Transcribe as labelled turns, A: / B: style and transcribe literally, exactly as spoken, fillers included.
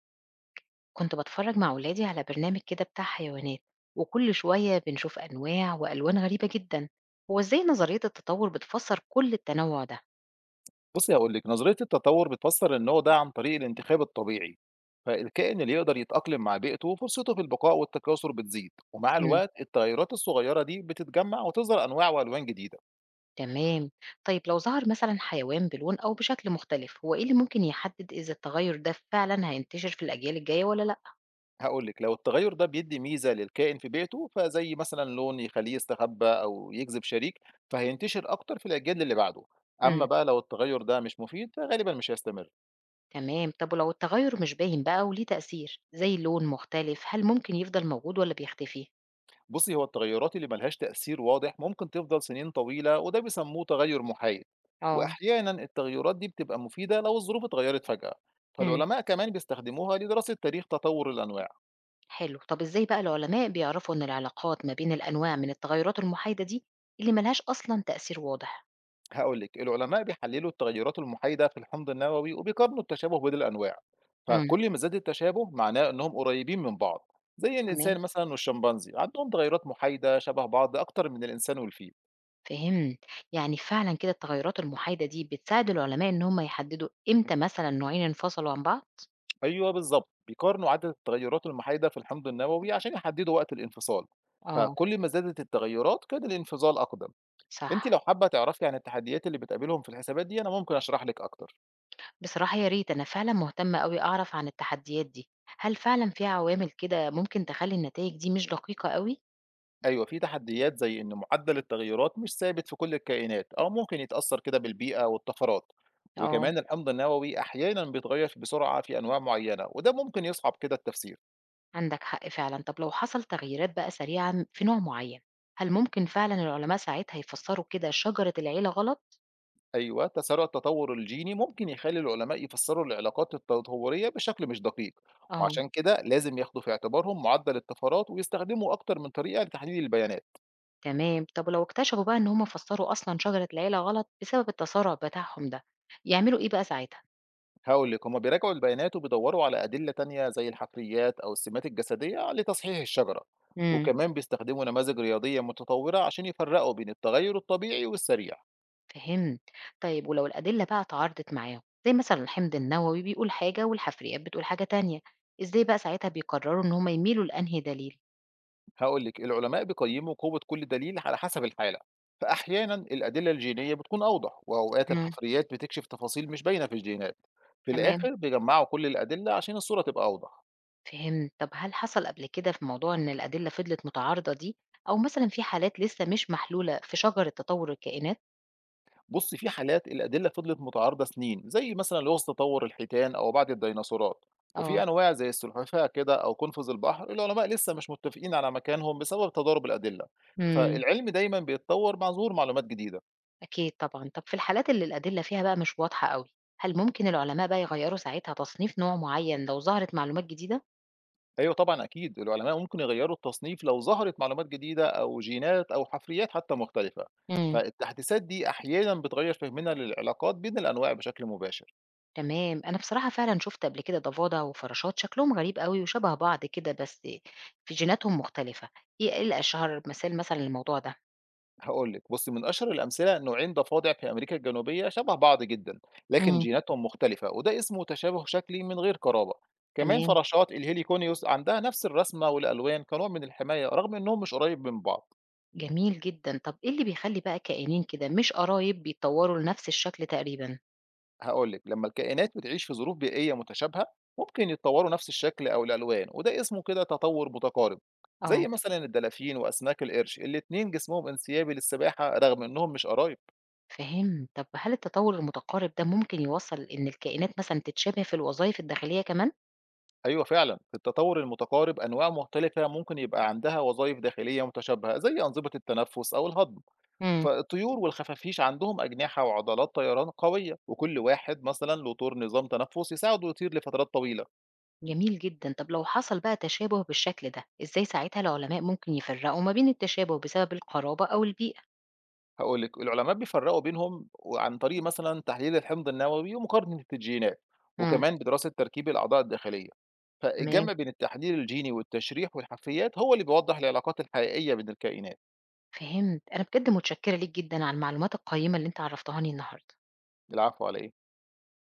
A: كنت بتفرج مع ولادي على برنامج كده بتاع حيوانات، وكل شوية بنشوف أنواع وألوان غريبة جدا. هو إزاي نظرية التطور بتفسر كل التنوع ده؟
B: بُصّي هاقول لِك، نظرية التطوّر بتفسّر إن هو ده عن طريق الانتخاب الطبيعي، فالكائن اللي يقدر يتأقلم مع بيئته فرصته في البقاء والتكاثر بتزيد، ومع
A: مم.
B: الوقت التغيّرات الصغيّرة دي بتتجمّع وتظهر أنواع وألوان جديدة.
A: تمام. طيب لو ظهر مثلا حيوان بلون أو بشكل مختلف، هو إيه اللي ممكن يحدد إذا التغير ده فعلا هينتشر في الأجيال الجاية ولا لأ؟
B: هاقول لِك، لو التغيّر ده بيدّي ميزة للكائن في بيئته، فزي مثلًا لون يخلّيه يستخبى أو يجذب شريك، فهينتشر أكتر في الأجيال اللي بعده. أمّا
A: مم.
B: بقى لو التغيّر ده مش مفيد فغالبًا مش هيستمر.
A: تمام. طب ولو التغير مش باين بقى وليه تأثير زي لون مختلف، هل ممكن يفضل موجود ولا بيختفي؟
B: بُصّي، هو التغيرات اللي ما لهاش تأثير واضح ممكن تفضل سنين طويلة، وده بيسموه تغير محايد.
A: اه.
B: وأحيانًا التغيرات دي بتبقى مفيدة لو الظروف اتغيرت فجأة،
A: مم.
B: فالعلماء كمان بيستخدموها لدراسة تاريخ تطور الأنواع.
A: حلو، طب إزاي بقى العلماء بيعرفوا إن العلاقات ما بين الأنواع من التغيرات المحايدة دي اللي ما لهاش أصلًا تأثير واضح؟
B: هاقول لِك، العلماء بيحللوا التغيرات المحايدة في الحمض النووي وبيقارنوا التشابه بين الأنواع،
A: امم.
B: فكل ما زاد التشابه معناه إنهم قريبين من بعض. زي
A: تمام،
B: الإنسان مثلًا والشمبانزي، عندهم تغيرات محايدة شبه بعض أكتر من الإنسان والفيل.
A: فهمت، يعني فعلًا كده التغيرات المحايدة دي بتساعد العلماء إن هم يحددوا إمتى مثلًا نوعين انفصلوا عن بعض؟
B: أيوه بالضبط، بيقارنوا عدد التغيرات المحايدة في الحمض النووي عشان يحددوا وقت الانفصال،
A: اه.
B: فكل ما زادت التغيرات كان الانفصال أقدم.
A: صح.
B: أنتِ لو حابة تعرفي عن التحديات اللي بتقابلهم في الحسابات دي، أنا ممكن أشرح لِك أكتر.
A: بصراحة يا ريت، أنا فعلًا مهتمة أوي أعرف عن التحديات دي. هل فعلًا في عوامل كده ممكن تخلي النتائج دي مش دقيقة أوي؟
B: أيوه، في تحديات زي إن معدل التغيرات مش ثابت في كل الكائنات أو ممكن يتأثر كده بالبيئة والطفرات،
A: اه.
B: وكمان الحمض النووي أحيانًا بيتغير بسرعة في أنواع معينة، وده ممكن يصعب كده التفسير.
A: عندك حق فعلا. طب لو حصل تغييرات بقى سريعة في نوع معين، هل ممكن فعلا العلماء ساعتها يفسروا كده شجرة العيلة غلط؟
B: أيوه، تسارع التطور الجيني ممكن يخلّي العلماء يفسّروا العلاقات التطورية بشكل مش دقيق،
A: اه.
B: وعشان كده لازم ياخدوا في اعتبارهم معدل الطفرات ويستخدموا أكتر من طريقة لتحليل البيانات.
A: تمام. طب لو اكتشفوا بقى ان هم فسروا اصلا شجرة العيلة غلط بسبب التسارع بتاعهم ده، يعملوا ايه بقى ساعتها؟
B: هاقول لِك، هُم بيراجعوا البيانات وبيدوّروا على أدلة تانية زي الحفريات أو السمات الجسدية لتصحيح الشجرة،
A: امم.
B: وكمان بيستخدموا نماذج رياضية متطورة عشان يفرّقوا بين التغيُّر الطبيعي والسريع.
A: فهمت. طيب ولو الأدلة بقى اتعارضت معاهم، زي مثلا الحمض النووي بيقول حاجة والحفريات بتقول حاجة تانية، ازاي بقى ساعتها بيقرروا ان هم يميلوا لأنهي دليل؟
B: هاقول لِك، العلماء بيقيّموا قوة كل دليل على حسب الحالة، فأحيانًا الأدلة الجينية بتكون أوضح، وأوقات
A: امم.
B: الحفريات بتكشف تفاصيل مش باينة في الجينات. في
A: تمام،
B: الآخر بيجمّعوا كل الأدلة عشان الصورة تبقى أوضح.
A: فهمت. طب هل حصل قبل كده في موضوع إن الأدلة فضلت متعارضة دي، أو مثلًا في حالات لسه مش محلولة في شجرة تطور الكائنات؟
B: بُصّي، في حالات الأدلة فضلت متعارضة سنين، زي مثلًا لغز تطور الحيتان أو بعض الديناصورات، وفي
A: اه.
B: أنواع زي السلحفاة كده أو قنفذ البحر العلماء لسه مش متفقين على مكانهم بسبب تضارب الأدلة.
A: إمم.
B: فالعلم دايمًا بيتطور مع ظهور معلومات جديدة.
A: أكيد طبعًا. طب في الحالات اللي الأدلة فيها بقى مش واضحة أوي، هل ممكن العلماء بقى يغيّروا ساعتها تصنيف نوع معين لو ظهرت معلومات جديدة؟
B: أيوه طبعًا أكيد، العلماء ممكن يغيّروا التصنيف لو ظهرت معلومات جديدة أو جينات أو حفريات حتى مختلفة،
A: امم.
B: فالتحديثات دي أحيانًا بتغيّر فهمنا للعلاقات بين الأنواع بشكل مباشر.
A: تمام. أنا بصراحة فعلًا شفت قبل كده ضفادع وفراشات شكلهم غريب أوي وشبه بعض كده، بس في جيناتهم مختلفة. إيه إيه الأشهر مثال مثلًا للموضوع ده؟
B: هاقول لِك، بُصّي، من أشهر الأمثلة نوعين ضفادع في أمريكا الجنوبية شبه بعض جدًا، لكن
A: امم.
B: جيناتهم مختلفة، وده اسمه تشابه شكلي من غير قرابة. كمان
A: تمام.
B: فراشات الهيليكونيوس عندها نفس الرسمة والألوان كنوع من الحماية، رغم إنهم مش قريب من بعض.
A: جميل جدًا، طب إيه اللي بيخلّي بقى كيانين كده مش قرايب بيتطوّروا لنفس الشكل تقريبًا؟
B: هاقول لِك، لمّا الكائنات بتعيش في ظروف بيئية متشابهة، ممكن يتطوروا نفس الشكل أو الألوان، وده اسمه كده تطور متقارب.
A: آه.
B: زي مثلًا الدلافين وأسماك القرش، الاتنين جسمهم انسيابي للسباحة رغم إنهم مش قرايب.
A: فهمت. طب هل التطوّر المتقارب ده ممكن يوصّل إن الكائنات مثلًا تتشابه في الوظايف الداخلية كمان؟
B: أيوه فعلًا، في التطور المتقارب أنواع مختلفة ممكن يبقى عندها وظايف داخلية متشابهة زي أنظمة التنفس أو الهضم.
A: إمم.
B: فالطيور والخفافيش عندهم أجنحة وعضلات طيران قوية، وكل واحد مثلًا له دور نظام تنفس يساعده يطير لفترات طويلة.
A: جميل جدًا، طب لو حصل بقى تشابه بالشكل ده، إزاي ساعتها العلماء ممكن يفرّقوا ما بين التشابه بسبب القرابة أو البيئة؟
B: هاقول لِك، العلماء بيفرّقوا بينهم وعن طريق مثلًا تحليل الحمض النووي ومقارنة الجينات،
A: إمم.
B: وكمان بدراسة تركيب الأعضاء الداخلية.
A: تمام،
B: فالجمع بين التحليل الجيني والتشريح والحفريات هو اللي بيوضّح العلاقات الحقيقية بين الكائنات.
A: فهمت، أنا بجد متشكرة ليك جدًا على المعلومات القيّمة اللي أنت عرّفتهاني النهارده.
B: العفو على إيه؟